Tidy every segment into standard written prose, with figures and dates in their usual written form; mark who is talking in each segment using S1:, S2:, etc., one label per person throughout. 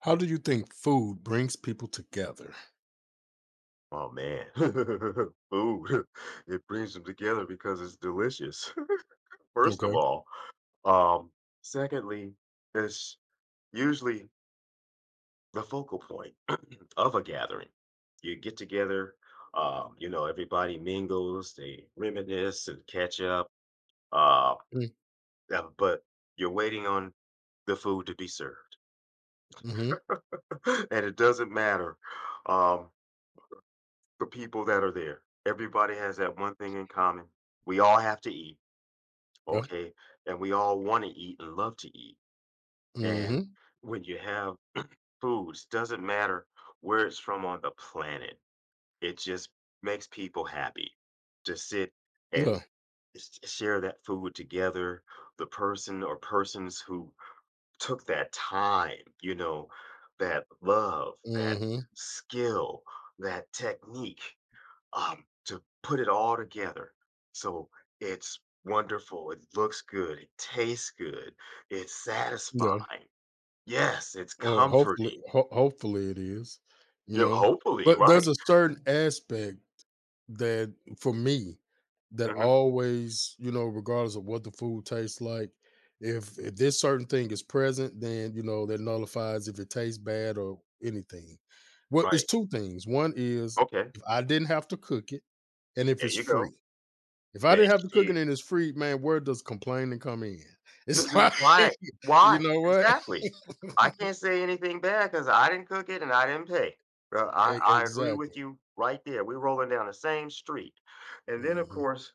S1: How do you think food brings people together?
S2: Oh man, food. It brings them together because it's delicious, first of
S1: Okay.
S2: all. Um, secondly, it's usually the focal point of a gathering. You get together, you know, everybody mingles, they reminisce and catch up, uh,
S1: Mm,
S2: but you're waiting on the food to be served.
S1: mhm,
S2: And it doesn't matter, um, the people that are there. Everybody has that one thing in common. We all have to eat.
S1: Yeah.
S2: Okay, and we all wanna eat and love to eat, and
S1: Mhm.
S2: when you have foods, doesn't matter where it's from on the planet, it just makes people happy to sit and
S1: Yeah.
S2: s share that food together. The person or persons who took that time, you know, that love, that
S1: Mhm.
S2: skill, that technique to put it all together. So it's wonderful. It looks good. It tastes good. It's
S1: Yeah.
S2: satisfying. Yes, it's
S1: Well, hopefully
S2: comforting.
S1: hopefully it is, you
S2: You're
S1: know.
S2: hopefully
S1: But
S2: right.
S1: there's a certain aspect that for me that
S2: Hmm.
S1: always, you know, regardless of what the food tastes like, if this certain thing is present, then you know that nullifies if it tastes bad or anything. Well, it's
S2: Right.
S1: two things. One is
S2: Okay.
S1: if I didn't have to cook it and if
S2: There
S1: it's
S2: you go.
S1: free. If I
S2: There
S1: didn't have the
S2: you
S1: cooking and it's free, man, where does complaining come in?
S2: Th
S1: It's
S2: th
S1: like,
S2: why?
S1: you
S2: Why?
S1: know what?
S2: Exactly. I can't say anything bad because I didn't cook it and I didn't pay. Bro, I I agree with
S1: Exactly.
S2: you right there. We're rolling down the same street. And then, of
S1: Mhm.
S2: course,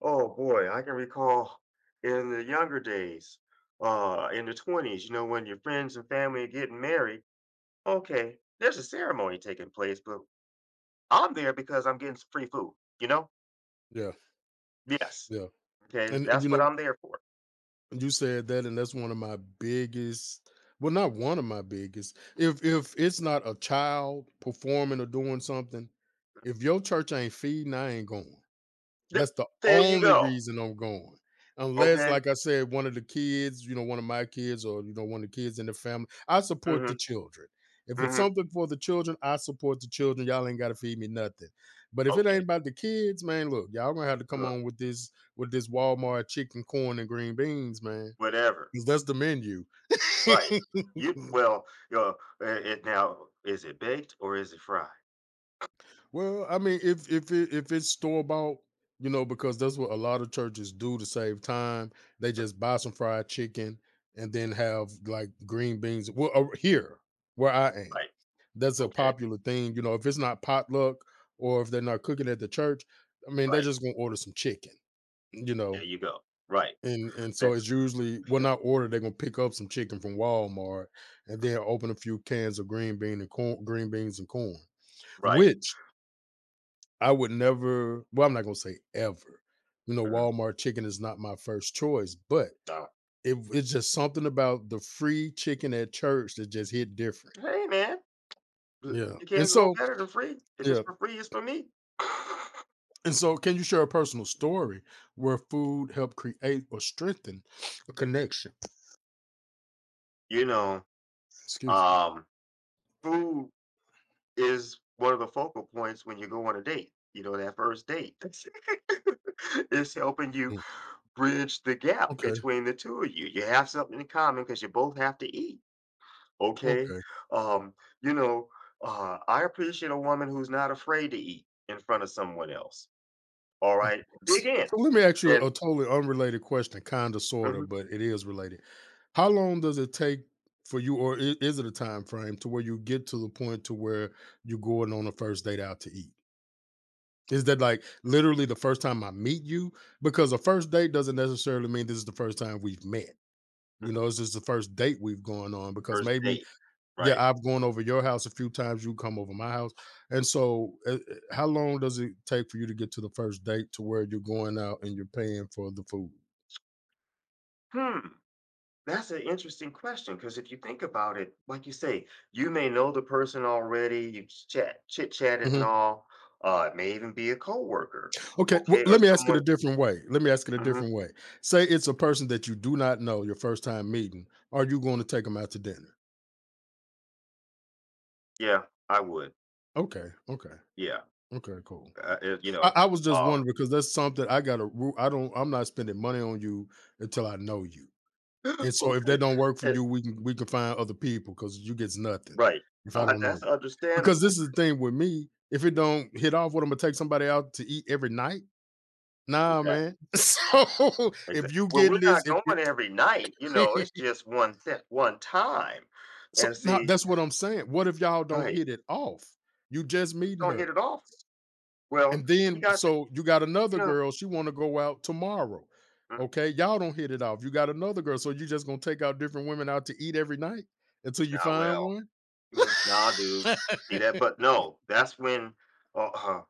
S2: oh boy, I can recall in the younger days, in the 20s, you know, when your friends and family are getting married, okay, there's a ceremony taking place, but I'm there because I'm getting some free food, you know?
S1: Yeah,
S2: Yes.
S1: yeah.
S2: Okay,
S1: And you
S2: that's what
S1: know,
S2: I'm there for.
S1: you said that, and that's one of my biggest. Well, not one of my biggest. If it's not a child performing or doing something, if your church ain't feeding, I ain't going.
S2: Th
S1: That's the
S2: there you
S1: only
S2: go.
S1: reason I'm going. Unless,
S2: Okay?
S1: like I said, one of the kids, you know, one of my kids or, you know, one of the kids in the family, I support the
S2: Mhm,
S1: children. If it's
S2: mhm.
S1: something for the children, I support the children. Y'all ain't gotta feed me nothing. But if it
S2: Okay,
S1: ain't about the kids, man, look, y'all gonna have to come
S2: look,
S1: on with this Walmart chicken, corn, and green beans, man.
S2: whatever,
S1: Because that's the menu.
S2: right. You well, uh, I it now, is it baked or is it fried?
S1: Well, I mean, if it, if it's store bought, you know, because that's what a lot of churches do to save time. They just buy some fried chicken and then have like green beans. Well, here where I am,
S2: Right,
S1: that's a
S2: okay,
S1: popular thing. You know, if it's not potluck or if they're not cooking at the church, I mean, they're
S2: right,
S1: just gonna order some chicken. You
S2: there
S1: know.
S2: you go, right,
S1: And so
S2: that
S1: it's usually well not order they're gonna pick up some chicken from Walmart and then open a few cans of green beans and corn
S2: right,
S1: which I would never, well, I'm not gonna say ever. You know,
S2: mhm,
S1: Walmart chicken is not my first choice, but
S2: no.
S1: it's just something about the free chicken at church that just hit different.
S2: Hey, man, uh,
S1: Yeah.
S2: you
S1: And
S2: can't go
S1: so,
S2: better than free. If it's
S1: yeah.
S2: for free, it's for me.
S1: And so, can you share a personal story where food helped create or strengthen a connection?
S2: You know,
S1: Excuse me.
S2: um, food is one of the focal points when you go on a date, you know, that first date. That's it's helping you
S1: Mm,
S2: bridge the gap
S1: okay.
S2: between the two of you. You have something in common because you both have to eat. Okay?
S1: Okay.
S2: Um, you know, I appreciate a woman who's not afraid to eat in front of someone else. All
S1: Okay.
S2: right? Dig
S1: S
S2: in.
S1: So let me ask you
S2: And
S1: a totally unrelated question, kinda, sorta,
S2: mhm,
S1: but it is related. How long does it take for you or I is it a time frame to where you get to the point to where you're going on a first date out to eat? Is that, like, literally the first time I meet you? Because a first date doesn't necessarily mean this is the first time we've met, you
S2: mhm,
S1: know, it's just the first date we've gone on because
S2: first
S1: maybe
S2: date.
S1: yeah,
S2: Right.
S1: I've gone over your house a few times, you come over my house, and so, how long does it take for you to get to the first date to where you're going out and you're paying for the food?
S2: Hmm. That's an interesting question because if you think about it, like you say, you may know the person already, you chat, chit chatted and
S1: Mhm.
S2: all. It may even be a coworker,
S1: Okay, well,
S2: okay, or
S1: let me ask it
S2: someone.
S1: a different way, let me ask it a
S2: Mhm,
S1: different way. Say it's a person that you do not know, your first time meeting, are you gonna take them out to dinner?
S2: yeah, I would.
S1: Okay,
S2: Yeah,
S1: okay, cool.
S2: you know,
S1: I was just
S2: um,
S1: wondering because that's something I got to. I'm not spending money on you until I know you. And so if that don't work for
S2: okay.
S1: you, we can find other people because you gets nothing
S2: Right.
S1: if I don't know
S2: That's
S1: you. Because
S2: understandable.
S1: this is the thing with me, if it don't hit off, what I'm gonna take somebody out to eat every night? Nah, man.
S2: Exactly,
S1: So if
S2: exact
S1: you
S2: well, we're
S1: getting this,
S2: not
S1: if
S2: going every night, you know,
S1: you
S2: it's just one that one time.
S1: so
S2: And
S1: now
S2: see
S1: that's what I'm saying. What if y'all don't
S2: right,
S1: hit it off? You just meeting
S2: "Don't hit
S1: her.
S2: it off?" "Well,
S1: And
S2: she
S1: then
S2: got to,"
S1: so you got
S2: you
S1: another
S2: know,
S1: girl, she wanna go out tomorrow.
S2: "Mm,
S1: Okay, y'all don't hit it off. You got another girl, so you just gonna take out different women out to eat every night until you
S2: nah,
S1: find
S2: well,
S1: one.
S2: mm, nah, dude." See that? But no, that's when, uh-uh,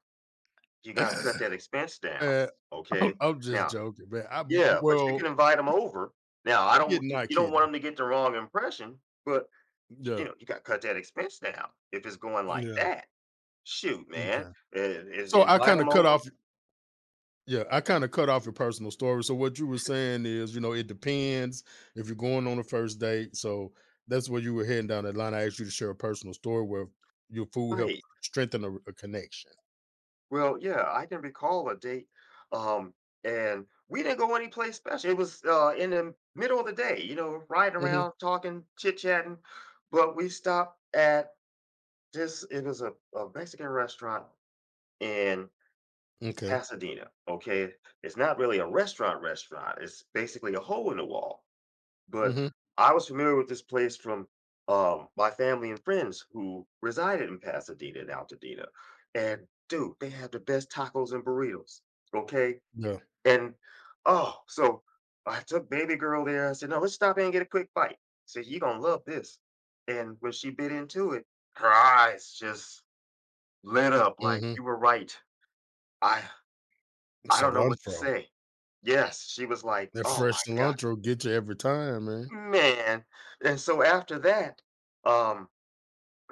S2: you gotta cut that expense down,
S1: Man,
S2: okay?
S1: I'm just
S2: Now,
S1: joking, man. I
S2: yeah, but you can
S1: well,
S2: invite them over. Now, I don't
S1: kidding,
S2: you
S1: not
S2: you don't want
S1: kidding.
S2: them to get the wrong impression, but, you
S1: Yeah,
S2: know, you gotta cut that expense down if it's going like
S1: yeah,
S2: that. Shoot, man,
S1: okay.
S2: I is
S1: So I
S2: invite
S1: kinda
S2: them
S1: cut
S2: over,
S1: off yeah, I kinda cut off your personal story. So what you were saying is, you know, it depends if you're going on a first date. So that's where you were heading down that line. I asked you to share a personal story where your food helped
S2: right.
S1: strengthen a connection.
S2: Well, yeah, I can recall a date, um, and we didn't go anyplace special, it was, in the middle of the day, you know, riding
S1: Mhm,
S2: around, talking, chit-chatting, but we stopped at this it was a Mexican restaurant in
S1: okay.
S2: Pasadena, okay? It's not really a restaurant restaurant, it's basically a hole in the wall. But
S1: Mhm,
S2: I was familiar with this place from my family and friends who resided in Pasadena and Altadena. And dude, they had the best tacos and burritos. Okay.
S1: yeah,
S2: And oh, so I took baby girl there. I said, no, let's stop in and get a quick bite. I said, you gonna love this. And when she bit into it, her eyes just lit up like
S1: mhm.
S2: you were right. I I don't know what to
S1: Cilantro.
S2: say. Yes, she was like,
S1: That
S2: oh my
S1: fresh
S2: God.
S1: cilantro get you every time, man.
S2: Man, and so after that, um,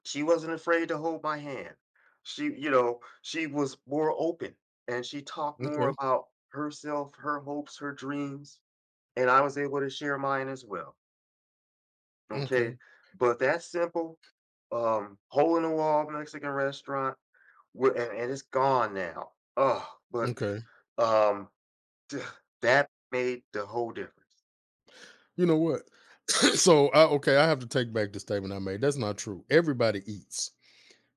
S2: she wasn't afraid to hold my hand. She, you know, she was more open and she talked more
S1: Okay,
S2: about herself, her hopes, her dreams, and I was able to share mine as well. Okay.
S1: okay,
S2: But that simple, hole in the wall Mexican restaurant, and it's gone now. Oh, but
S1: okay.
S2: um, that made the whole difference.
S1: You know what? so I, okay, I have to take back the statement I made. That's not true. Everybody eats.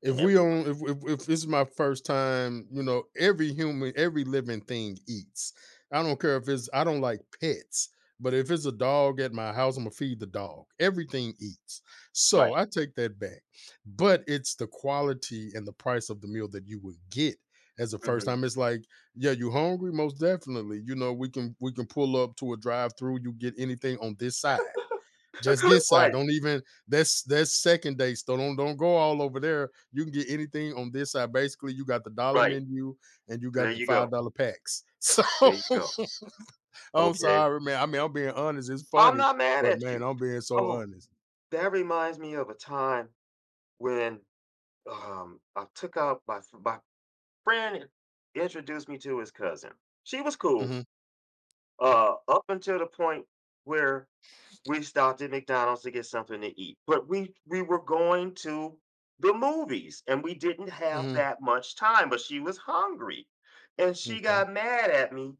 S1: If
S2: Yeah,
S1: we on if, if this is my first time, you know, every human, every living thing eats. I don't care if it's I don't like pets, but if it's a dog at my house, I'm gonna feed the dog. Everything eats. So
S2: right.
S1: I take that back. But it's the quality and the price of the meal that you would get as a first
S2: Hmm.
S1: time. It's like, yeah, you hungry? Most definitely. You know, we can pull up to a drive-through, you get anything on this side just this
S2: Right,
S1: side. Don't even that's second date. So don't go all over there. You can get anything on this side. Basically, you got the dollar
S2: right.
S1: menu and you
S2: There
S1: got the
S2: you go.
S1: $5 packs. So
S2: There you go.
S1: I'm
S2: Okay.
S1: sorry, man. I mean, I'm being honest. It's
S2: I'm
S1: funny,
S2: not mad
S1: but
S2: at
S1: man,
S2: you.
S1: I'm being so
S2: Oh,
S1: honest.
S2: that reminds me of a time when, I took out my friend introduced me to his cousin. She was cool,
S1: Mhm,
S2: up until the point where we stopped at McDonald's to get something to eat, but we were going to the movies, and we didn't have
S1: mhm,
S2: that much time, but she was hungry, and she
S1: okay.
S2: got mad at me,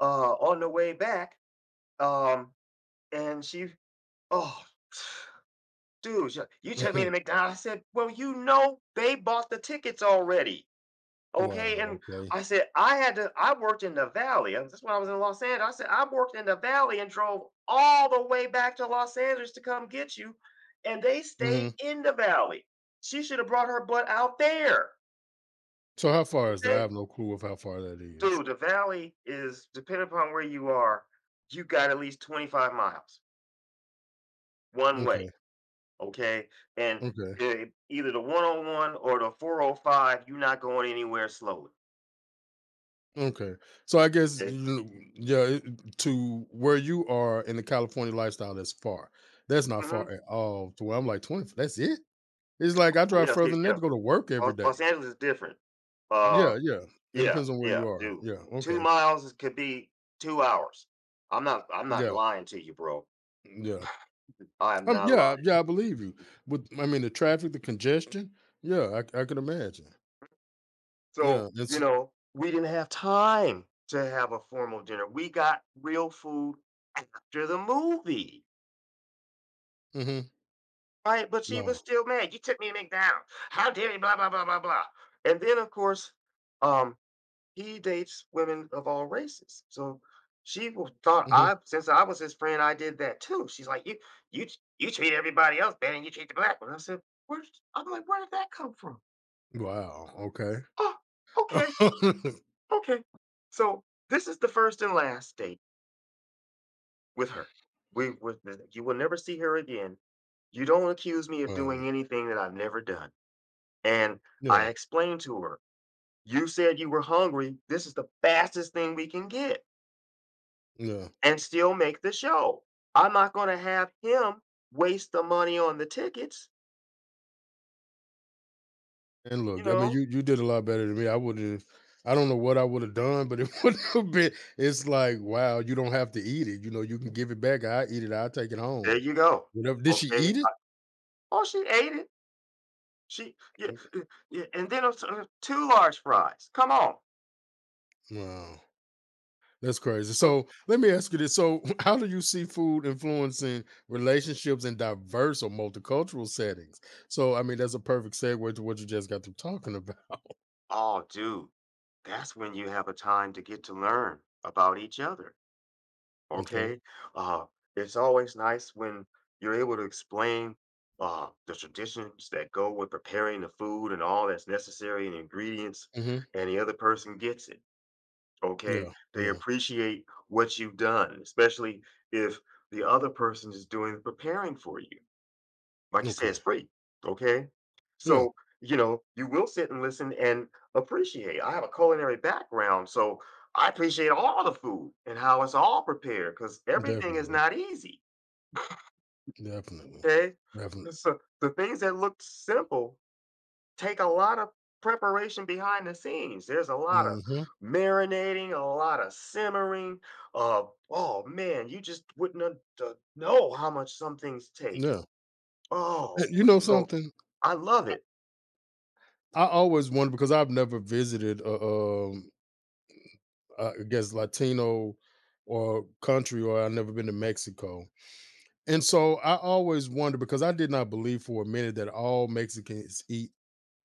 S2: on the way back, um, and she oh, dude, you took me to McDonald's. I said, well, you know, they bought the tickets already. Okay.
S1: Wow,
S2: And
S1: okay.
S2: I said, I had to, I worked in the valley. That's when I was in Los Angeles. I said, I worked in the valley and drove all the way back to Los Angeles to come get you. And they stayed
S1: Mhm.
S2: in the valley. She should have brought her butt out there.
S1: So how far is that? I
S2: Okay.
S1: have no clue of how far that is.
S2: Dude, the valley is, depending upon where you are, you got at least 25 miles one
S1: Okay,
S2: way. Okay? And
S1: okay.
S2: either the one on one or the 405, you're not going anywhere slowly,
S1: Okay. So I guess
S2: okay?
S1: yeah, to where you are in the California lifestyle, that's far. That's not
S2: Hmm.
S1: far at all. To where I'm like 20. That's it. It's like I drive
S2: Yeah,
S1: further
S2: see,
S1: than that
S2: yeah.
S1: to go to work every day.
S2: Los Angeles is different. Uh,
S1: Yeah, yeah. It
S2: yeah,
S1: depends on where
S2: yeah,
S1: you are.
S2: dude.
S1: Yeah.
S2: Two
S1: Okay.
S2: miles is- could be 2 hours. I'm not
S1: Yeah.
S2: lying to you, bro.
S1: Yeah.
S2: I am not
S1: Yeah.
S2: lying.
S1: Yeah. I believe you. With I mean the traffic, the congestion. Yeah, I can imagine.
S2: So
S1: Yeah.
S2: you
S1: It's.
S2: know, we didn't have time to have a formal dinner. We got real food after the movie.
S1: Mm-hmm.
S2: Right, but she was
S1: Wow.
S2: still mad. You took me to McDonald's. How dare you? Blah blah blah blah blah. And then of course, um, he dates women of all races. So thought
S1: Hmm.
S2: I, since I was his friend, I did that too. She's like, you you treat everybody else better, and you treat the black one. I said, where? I'm like, where did that come from?
S1: Wow. Okay.
S2: Oh, okay, okay. So this is the first and last date with her. We, with, you will never see her again. You don't accuse me of
S1: Wow.
S2: doing anything that I've never done. And
S1: Yeah.
S2: I explained to her, "You said you were hungry. This is the fastest thing we can get
S1: Yeah.
S2: and still make the show. I'm not gonna have him waste the money on the tickets,
S1: And
S2: you
S1: look, I mean,
S2: know?"
S1: you did a lot better than me. I wouldn't. I don't know what I would have done, but it would have been. It's like, wow, you don't have to eat it. You know, you can give it back. I eat it. I take it
S2: There
S1: home.
S2: you go.
S1: Whatever. Did she
S2: Okay.
S1: eat it?
S2: Oh, she ate it. She yeah,
S1: Mm,
S2: yeah, and then I two large fries. Come on.
S1: wow, that's crazy. So let me ask you this: so, how do you see food influencing relationships in diverse or multicultural settings? So, I mean, that's a perfect segue to what you just got through talking about.
S2: Oh, dude, that's when you have a time to get to learn about each other.
S1: Okay.
S2: Okay. Uh, it's always nice when you're able to explain the traditions that go with preparing the food and all that's necessary and ingredients,
S1: Hmm.
S2: and the other person gets it. Okay.
S1: Yeah.
S2: They
S1: Yeah.
S2: appreciate what you've done, especially if the other person is doing the preparing for you. Like you said, it's
S1: Okay.
S2: free, okay?
S1: Yeah.
S2: So, you know, you will sit and listen and appreciate. I have a culinary background, so I appreciate all the food and how it's all prepared because everything is
S1: Definitely.
S2: not easy,
S1: Definitely.
S2: okay?
S1: Definitely.
S2: So the things that look simple take a lot of preparation behind the scenes. There's a lot of
S1: Hmm.
S2: marinating, a lot of simmering. Uh, oh man, you just wouldn't know how much some things take.
S1: Yeah.
S2: Oh,
S1: You know
S2: so
S1: something?
S2: I love it.
S1: I always wonder because I've never visited a, I guess Latino or country, or I've never been to Mexico. And so I always wonder because I did not believe for a minute that all Mexicans eat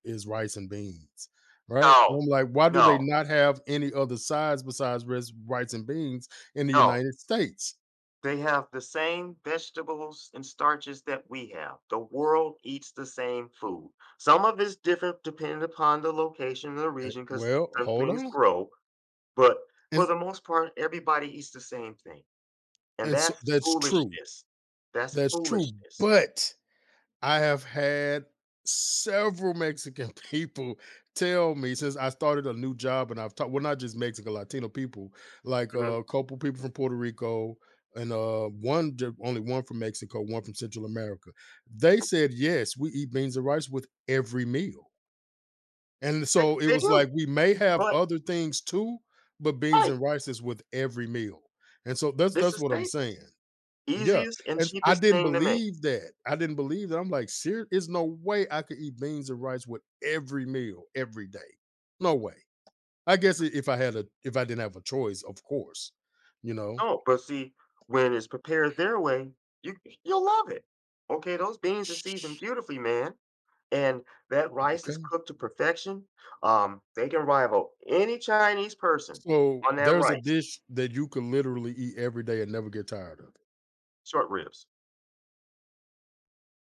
S1: is rice and beans, right?
S2: No,
S1: I'm like, why do they
S2: no,
S1: not have any other sides besides rice and beans in the
S2: no.
S1: United States?
S2: They have the same vegetables and starches that we have. The world eats the same food. Some of it's different depending upon the location and the
S1: Okay,
S2: region because
S1: well,
S2: some
S1: hold
S2: things
S1: on.
S2: grow, but for
S1: And
S2: the most part, everybody eats the same thing. And
S1: and so
S2: that's
S1: that's true.
S2: foolishness. That's
S1: That's true.
S2: foolishness.
S1: But I have had several Mexican people tell me since I started a new job, and I've talked well, not just Mexican, Latino people, like
S2: Mhm.
S1: a couple people from Puerto Rico, and one only one from Mexico, one from Central America. They said yes, we eat beans and rice with every meal, and
S2: They,
S1: so it
S2: they
S1: was
S2: do,
S1: like we may have
S2: but
S1: other things too, but beans
S2: right,
S1: and rice is with every meal, and so
S2: it's a
S1: that's what I'm
S2: staple.
S1: saying. Yeah,
S2: Easiest and
S1: and s I
S2: cheapest
S1: didn't
S2: thing to make.
S1: believe that. I didn't believe that. I'm like, "Ser there's no way I could eat beans and rice with every meal every day. No way." I guess I if I had a if I didn't have a choice, of course, you know?
S2: No, but see, when it's prepared their way, you you'll love it. Okay, those beans are seasoned beautifully, man, and that rice is
S1: Okay.
S2: cooked to perfection. They can rival any Chinese person
S1: So,
S2: on that
S1: there's a
S2: rice,
S1: dish that you could literally eat every day and never get tired of
S2: short ribs.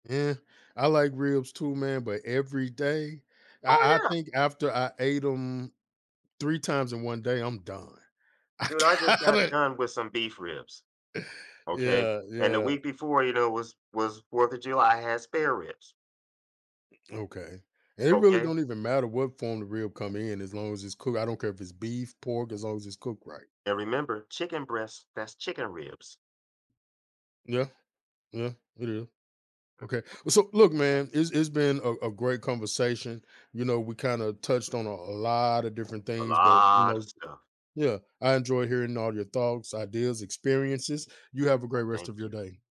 S1: Yeah, I like ribs too, man, but every day?
S2: Oh
S1: I
S2: yeah,
S1: think after I ate them 3 times in one day, I'm done. I
S2: dude, I just got
S1: gotta
S2: done with some beef ribs. Okay,
S1: Yeah,
S2: and the
S1: yeah.
S2: week before, you know, was Fourth of July. I had spare ribs.
S1: Okay. And it really
S2: Okay,
S1: don't even matter what form the rib come in as long as it's cooked. I don't care if it's beef, pork, as long as it's cooked right.
S2: and remember, chicken breasts—that's chicken ribs.
S1: Yeah, yeah, it is. Okay. Well, so look, man, it's been a great conversation. You know, we kind of touched on a lot of different
S2: A
S1: things, but you
S2: lot of
S1: know,
S2: stuff.
S1: yeah, I enjoy hearing all your thoughts, ideas, experiences. You have a
S2: I
S1: great rest
S2: thank
S1: of your
S2: you.
S1: day.